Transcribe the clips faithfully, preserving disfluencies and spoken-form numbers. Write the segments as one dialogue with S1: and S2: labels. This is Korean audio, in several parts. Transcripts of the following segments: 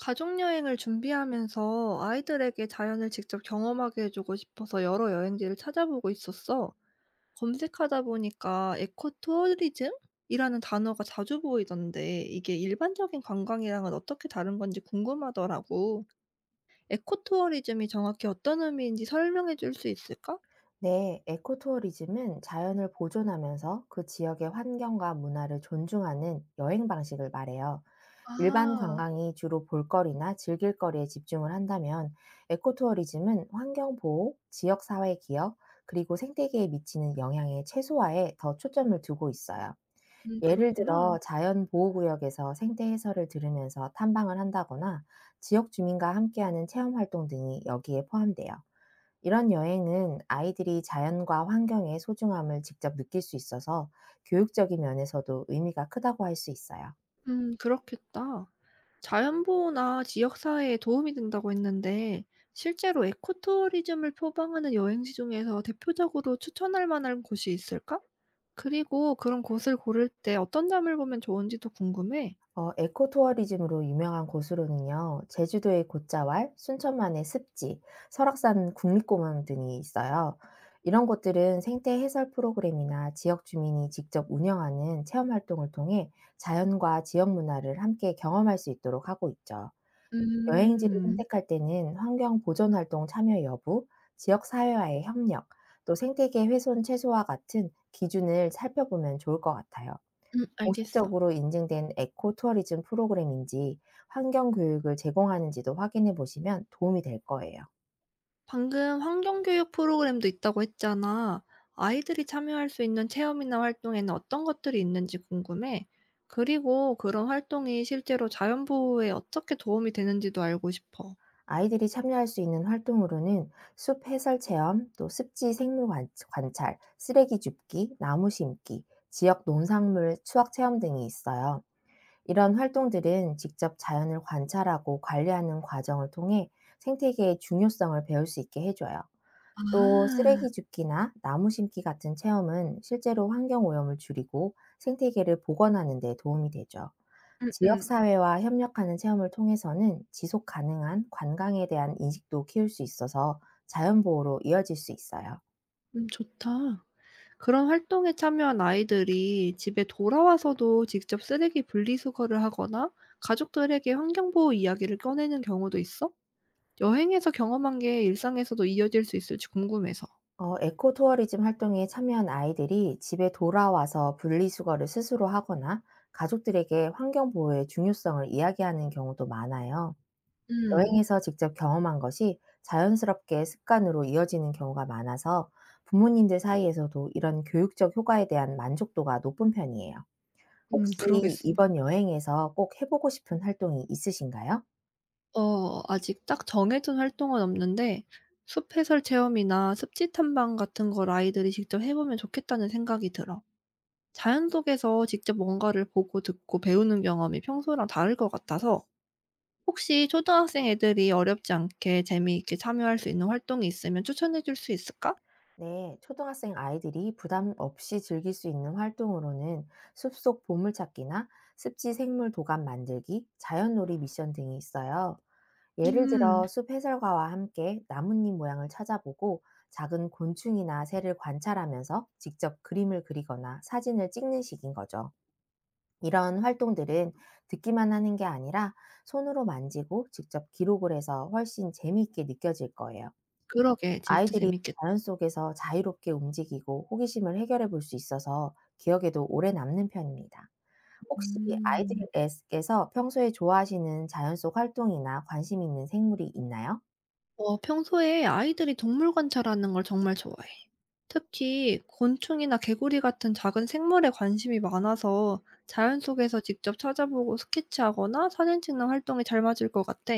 S1: 가족여행을 준비하면서 아이들에게 자연을 직접 경험하게 해주고 싶어서 여러 여행지를 찾아보고 있었어. 검색하다 보니까 에코투어리즘이라는 단어가 자주 보이던데 이게 일반적인 관광이랑은 어떻게 다른 건지 궁금하더라고. 에코투어리즘이 정확히 어떤 의미인지 설명해 줄 수 있을까?
S2: 네, 에코투어리즘은 자연을 보존하면서 그 지역의 환경과 문화를 존중하는 여행 방식을 말해요. 일반
S1: 아,
S2: 관광이 주로 볼거리나 즐길거리에 집중을 한다면, 에코투어리즘은 환경 보호, 지역 사회 기여, 그리고 생태계에 미치는 영향의 최소화에 더 초점을 두고 있어요.
S1: 음,
S2: 예를
S1: 그렇구나.
S2: 들어 자연 보호구역에서 생태 해설을 들으면서 탐방을 한다거나 지역 주민과 함께하는 체험 활동 등이 여기에 포함돼요. 이런 여행은 아이들이 자연과 환경의 소중함을 직접 느낄 수 있어서 교육적인 면에서도 의미가 크다고 할 수 있어요.
S1: 음, 그렇겠다. 자연보호나 지역사회에 도움이 된다고 했는데, 실제로 에코투어리즘을 표방하는 여행지 중에서 대표적으로 추천할 만한 곳이 있을까? 그리고 그런 곳을 고를 때 어떤 점을 보면 좋은지도 궁금해.
S2: 어, 에코투어리즘으로 유명한 곳으로는요, 제주도의 곶자왈, 순천만의 습지, 설악산 국립공원 등이 있어요. 이런 곳들은 생태 해설 프로그램이나 지역 주민이 직접 운영하는 체험 활동을 통해 자연과 지역 문화를 함께 경험할 수 있도록 하고 있죠. 여행지를
S1: 음,
S2: 선택할 때는 환경 보존 활동 참여 여부, 지역 사회와의 협력, 또 생태계 훼손 최소화 같은 기준을 살펴보면 좋을 것 같아요.
S1: 음, 알겠어.
S2: 공식적으로 인증된 에코 투어리즘 프로그램인지 환경 교육을 제공하는지도 확인해 보시면 도움이 될 거예요.
S1: 방금 환경교육 프로그램도 있다고 했잖아. 아이들이 참여할 수 있는 체험이나 활동에는 어떤 것들이 있는지 궁금해. 그리고 그런 활동이 실제로 자연보호에 어떻게 도움이 되는지도 알고 싶어.
S2: 아이들이 참여할 수 있는 활동으로는 숲 해설 체험, 또 습지 생물 관- 관찰, 쓰레기 줍기, 나무 심기, 지역 농산물 추억 체험 등이 있어요. 이런 활동들은 직접 자연을 관찰하고 관리하는 과정을 통해 생태계의 중요성을 배울 수 있게 해줘요. 또
S1: 아,
S2: 쓰레기 줍기나 나무 심기 같은 체험은 실제로 환경 오염을 줄이고 생태계를 복원하는 데 도움이 되죠.
S1: 음음.
S2: 지역사회와 협력하는 체험을 통해서는 지속 가능한 관광에 대한 인식도 키울 수 있어서 자연보호로 이어질 수 있어요.
S1: 음, 좋다. 그런 활동에 참여한 아이들이 집에 돌아와서도 직접 쓰레기 분리수거를 하거나 가족들에게 환경보호 이야기를 꺼내는 경우도 있어? 여행에서 경험한 게 일상에서도 이어질 수 있을지 궁금해서.
S2: 어, 에코투어리즘 활동에 참여한 아이들이 집에 돌아와서 분리수거를 스스로 하거나 가족들에게 환경보호의 중요성을 이야기하는 경우도 많아요.
S1: 음.
S2: 여행에서 직접 경험한 것이 자연스럽게 습관으로 이어지는 경우가 많아서 부모님들 사이에서도 이런 교육적 효과에 대한 만족도가 높은 편이에요.
S1: 음,
S2: 혹시
S1: 그러겠어.
S2: 이번 여행에서 꼭 해보고 싶은 활동이 있으신가요?
S1: 어, 아직 딱 정해둔 활동은 없는데 숲 해설 체험이나 습지 탐방 같은 걸 아이들이 직접 해 보면 좋겠다는 생각이 들어. 자연 속에서 직접 뭔가를 보고 듣고 배우는 경험이 평소랑 다를 것 같아서 혹시 초등학생 애들이 어렵지 않게 재미있게 참여할 수 있는 활동이 있으면 추천해 줄 수 있을까?
S2: 네, 초등학생 아이들이 부담 없이 즐길 수 있는 활동으로는 숲속 보물찾기나 습지 생물 도감 만들기, 자연놀이 미션 등이 있어요. 예를
S1: 음.
S2: 들어 숲 해설가와 함께 나뭇잎 모양을 찾아보고 작은 곤충이나 새를 관찰하면서 직접 그림을 그리거나 사진을 찍는 식인 거죠. 이런 활동들은 듣기만 하는 게 아니라 손으로 만지고 직접 기록을 해서 훨씬 재미있게 느껴질 거예요.
S1: 그러게. 진짜
S2: 아이들이
S1: 재밌겠다.
S2: 자연 속에서 자유롭게 움직이고 호기심을 해결해 볼 수 있어서 기억에도 오래 남는 편입니다. 혹시
S1: 음.
S2: 아이들께서 평소에 좋아하시는 자연 속 활동이나 관심 있는 생물이 있나요?
S1: 어, 평소에 아이들이 동물 관찰하는 걸 정말 좋아해. 특히 곤충이나 개구리 같은 작은 생물에 관심이 많아서 자연 속에서 직접 찾아보고 스케치하거나 사진 찍는 활동이 잘 맞을 것 같아.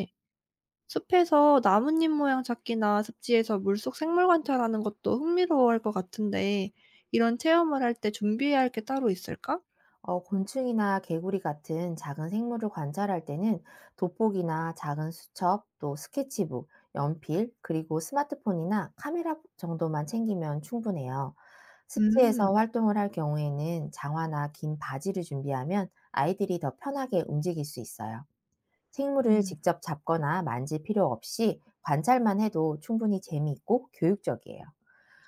S1: 숲에서 나뭇잎 모양 찾기나 습지에서 물속 생물 관찰하는 것도 흥미로워할 것 같은데, 이런 체험을 할 때 준비해야 할 게 따로 있을까?
S2: 어, 곤충이나 개구리 같은 작은 생물을 관찰할 때는 돋보기나 작은 수첩, 또 스케치북, 연필, 그리고 스마트폰이나 카메라 정도만 챙기면 충분해요. 습지에서
S1: 음,
S2: 활동을 할 경우에는 장화나 긴 바지를 준비하면 아이들이 더 편하게 움직일 수 있어요. 생물을
S1: 음.
S2: 직접 잡거나 만질 필요 없이 관찰만 해도 충분히 재미있고 교육적이에요.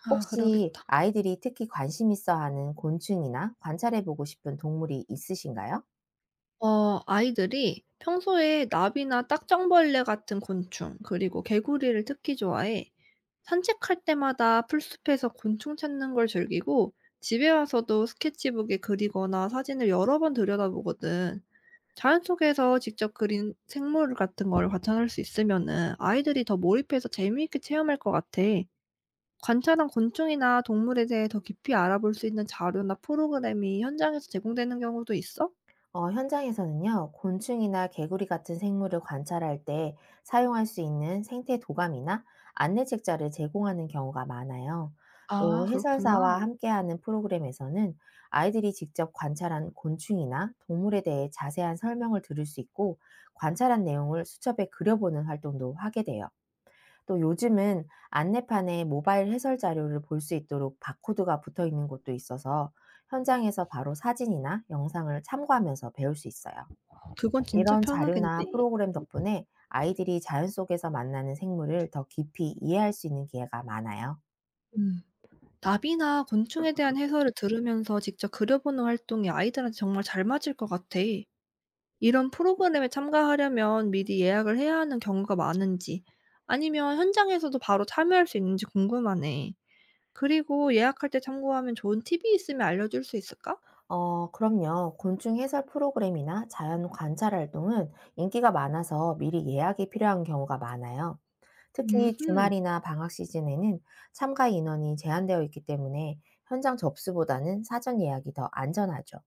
S1: 아,
S2: 혹시
S1: 그러겠다.
S2: 아이들이 특히 관심 있어 하는 곤충이나 관찰해보고 싶은 동물이 있으신가요?
S1: 어, 아이들이 평소에 나비나 딱정벌레 같은 곤충, 그리고 개구리를 특히 좋아해. 산책할 때마다 풀숲에서 곤충 찾는 걸 즐기고, 집에 와서도 스케치북에 그리거나 사진을 여러 번 들여다보거든. 자연 속에서 직접 그린 생물 같은 거를 관찰할 수 있으면은 아이들이 더 몰입해서 재미있게 체험할 것 같아. 관찰한 곤충이나 동물에 대해 더 깊이 알아볼 수 있는 자료나 프로그램이 현장에서 제공되는 경우도 있어?
S2: 어, 현장에서는요, 곤충이나 개구리 같은 생물을 관찰할 때 사용할 수 있는 생태 도감이나 안내 책자를 제공하는 경우가 많아요.
S1: 아,
S2: 또
S1: 그렇구나.
S2: 해설사와 함께하는 프로그램에서는 아이들이 직접 관찰한 곤충이나 동물에 대해 자세한 설명을 들을 수 있고, 관찰한 내용을 수첩에 그려보는 활동도 하게 돼요. 또 요즘은 안내판에 모바일 해설 자료를 볼 수 있도록 바코드가 붙어 있는 곳도 있어서 현장에서 바로 사진이나 영상을 참고하면서 배울 수 있어요.
S1: 그건 진짜
S2: 이런
S1: 편하겠네.
S2: 자료나 프로그램 덕분에 아이들이 자연 속에서 만나는 생물을 더 깊이 이해할 수 있는 기회가 많아요.
S1: 음. 나비나 곤충에 대한 해설을 들으면서 직접 그려보는 활동이 아이들한테 정말 잘 맞을 것 같아. 이런 프로그램에 참가하려면 미리 예약을 해야 하는 경우가 많은지, 아니면 현장에서도 바로 참여할 수 있는지 궁금하네. 그리고 예약할 때 참고하면 좋은 팁이 있으면 알려줄 수 있을까?
S2: 어, 그럼요. 곤충 해설 프로그램이나 자연 관찰 활동은 인기가 많아서 미리 예약이 필요한 경우가 많아요. 특히
S1: 음흠.
S2: 주말이나 방학 시즌에는 참가 인원이 제한되어 있기 때문에 현장 접수보다는 사전 예약이 더 안전하죠.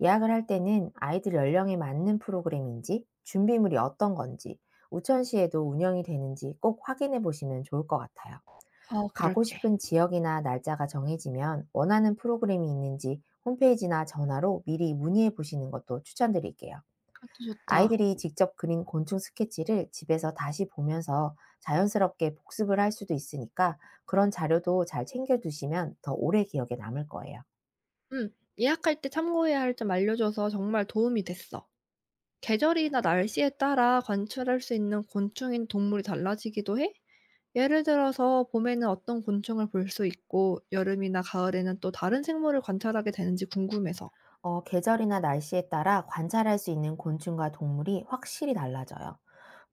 S2: 예약을 할 때는 아이들 연령에 맞는 프로그램인지, 준비물이 어떤 건지, 우천시에도 운영이 되는지 꼭 확인해 보시면 좋을 것 같아요.
S1: 어,
S2: 가고
S1: 그럴게.
S2: 싶은 지역이나 날짜가 정해지면 원하는 프로그램이 있는지 홈페이지나 전화로 미리 문의해 보시는 것도 추천드릴게요.
S1: 아주 좋다.
S2: 아이들이 직접 그린 곤충 스케치를 집에서 다시 보면서 자연스럽게 복습을 할 수도 있으니까 그런 자료도 잘 챙겨두시면 더 오래 기억에 남을 거예요.
S1: 음, 예약할 때 참고해야 할 점 알려줘서 정말 도움이 됐어. 계절이나 날씨에 따라 관찰할 수 있는 곤충인 동물이 달라지기도 해? 예를 들어서 봄에는 어떤 곤충을 볼 수 있고 여름이나 가을에는 또 다른 생물을 관찰하게 되는지 궁금해서.
S2: 어, 계절이나 날씨에 따라 관찰할 수 있는 곤충과 동물이 확실히 달라져요.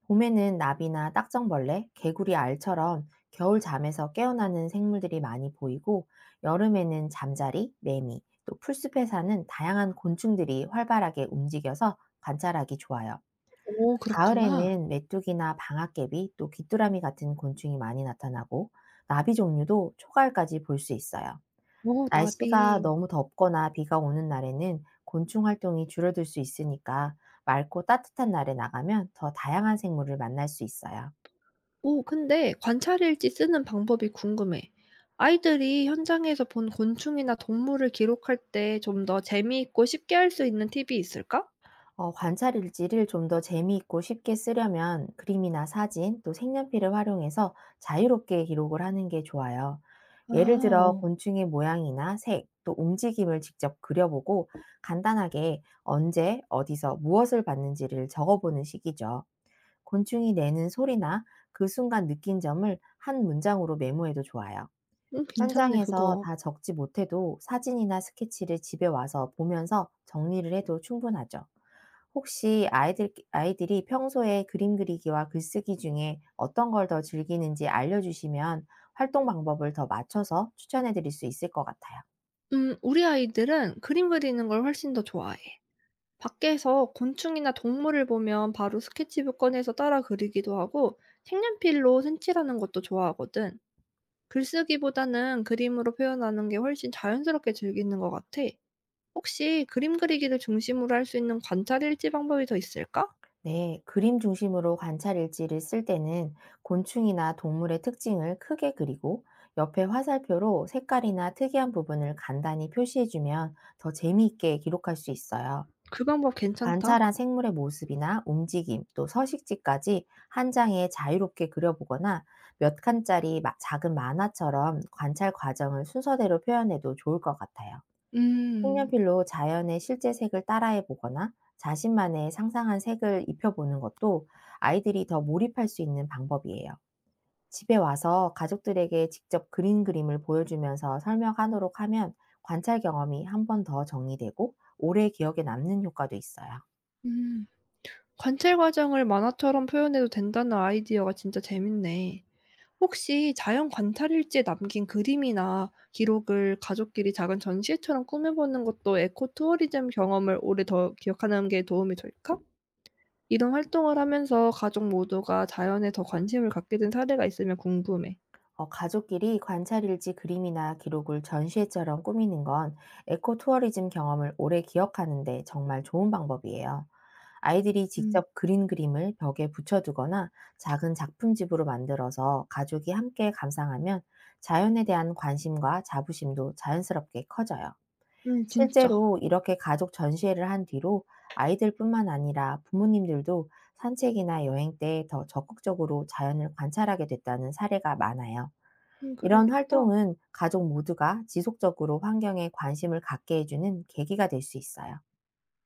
S2: 봄에는 나비나 딱정벌레, 개구리 알처럼 겨울 잠에서 깨어나는 생물들이 많이 보이고, 여름에는 잠자리, 매미, 또 풀숲에 사는 다양한 곤충들이 활발하게 움직여서 관찰하기 좋아요.
S1: 오, 그렇구나.
S2: 가을에는 메뚜기나 방아깨비, 또 귀뚜라미 같은 곤충이 많이 나타나고 나비 종류도 초가을까지 볼 수 있어요.
S1: 오,
S2: 날씨가
S1: 나비.
S2: 너무 덥거나 비가 오는 날에는 곤충 활동이 줄어들 수 있으니까 맑고 따뜻한 날에 나가면 더 다양한 생물을 만날 수 있어요.
S1: 오, 근데 관찰일지 쓰는 방법이 궁금해. 아이들이 현장에서 본 곤충이나 동물을 기록할 때 좀 더 재미있고 쉽게 할 수 있는 팁이 있을까?
S2: 어, 관찰 일지를 좀 더 재미있고 쉽게 쓰려면 그림이나 사진, 또 색연필을 활용해서 자유롭게 기록을 하는 게 좋아요.
S1: 아,
S2: 예를 들어
S1: 어.
S2: 곤충의 모양이나 색, 또 움직임을 직접 그려보고 간단하게 언제, 어디서 무엇을 봤는지를 적어보는 식이죠. 곤충이 내는 소리나 그 순간 느낀 점을 한 문장으로 메모해도 좋아요.
S1: 음, 괜찮네
S2: 현장에서
S1: 그거.
S2: 다 적지 못해도 사진이나 스케치를 집에 와서 보면서 정리를 해도 충분하죠. 혹시 아이들, 아이들이 평소에 그림 그리기와 글쓰기 중에 어떤 걸 더 즐기는지 알려주시면 활동 방법을 더 맞춰서 추천해 드릴 수 있을 것 같아요.
S1: 음, 우리 아이들은 그림 그리는 걸 훨씬 더 좋아해. 밖에서 곤충이나 동물을 보면 바로 스케치북 꺼내서 따라 그리기도 하고 색연필로 색칠하는 것도 좋아하거든. 글쓰기보다는 그림으로 표현하는 게 훨씬 자연스럽게 즐기는 것 같아. 혹시 그림 그리기를 중심으로 할 수 있는 관찰 일지 방법이 더 있을까?
S2: 네, 그림 중심으로 관찰 일지를 쓸 때는 곤충이나 동물의 특징을 크게 그리고 옆에 화살표로 색깔이나 특이한 부분을 간단히 표시해주면 더 재미있게 기록할 수 있어요.
S1: 그 방법 괜찮다.
S2: 관찰한 생물의 모습이나 움직임, 또 서식지까지 한 장에 자유롭게 그려보거나 몇 칸짜리 마- 작은 만화처럼 관찰 과정을 순서대로 표현해도 좋을 것 같아요.
S1: 음.
S2: 색연필로 자연의 실제 색을 따라해 보거나 자신만의 상상한 색을 입혀보는 것도 아이들이 더 몰입할 수 있는 방법이에요. 집에 와서 가족들에게 직접 그린 그림을 보여주면서 설명하도록 하면 관찰 경험이 한 번 더 정리되고 오래 기억에 남는 효과도 있어요.
S1: 음. 관찰 과정을 만화처럼 표현해도 된다는 아이디어가 진짜 재밌네. 혹시 자연 관찰 일지에 남긴 그림이나 기록을 가족끼리 작은 전시회처럼 꾸며보는 것도 에코 투어리즘 경험을 오래 더 기억하는 게 도움이 될까? 이런 활동을 하면서 가족 모두가 자연에 더 관심을 갖게 된 사례가 있으면 궁금해.
S2: 어, 가족끼리 관찰일지 그림이나 기록을 전시회처럼 꾸미는 건 에코 투어리즘 경험을 오래 기억하는데 정말 좋은 방법이에요. 아이들이
S1: 음.
S2: 직접 그린 그림을 벽에 붙여두거나 작은 작품집으로 만들어서 가족이 함께 감상하면 자연에 대한 관심과 자부심도 자연스럽게 커져요.
S1: 음, 진짜.
S2: 실제로 이렇게 가족 전시회를 한 뒤로 아이들뿐만 아니라 부모님들도 산책이나 여행 때 더 적극적으로 자연을 관찰하게 됐다는 사례가 많아요.
S1: 음,
S2: 이런
S1: 그러겠다.
S2: 활동은 가족 모두가 지속적으로 환경에 관심을 갖게 해주는 계기가 될 수 있어요.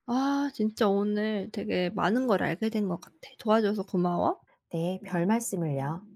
S1: 아, 진짜 오늘 되게 많은 걸 알게 된 것 같아. 도와줘서 고마워.
S2: 네, 별 말씀을요.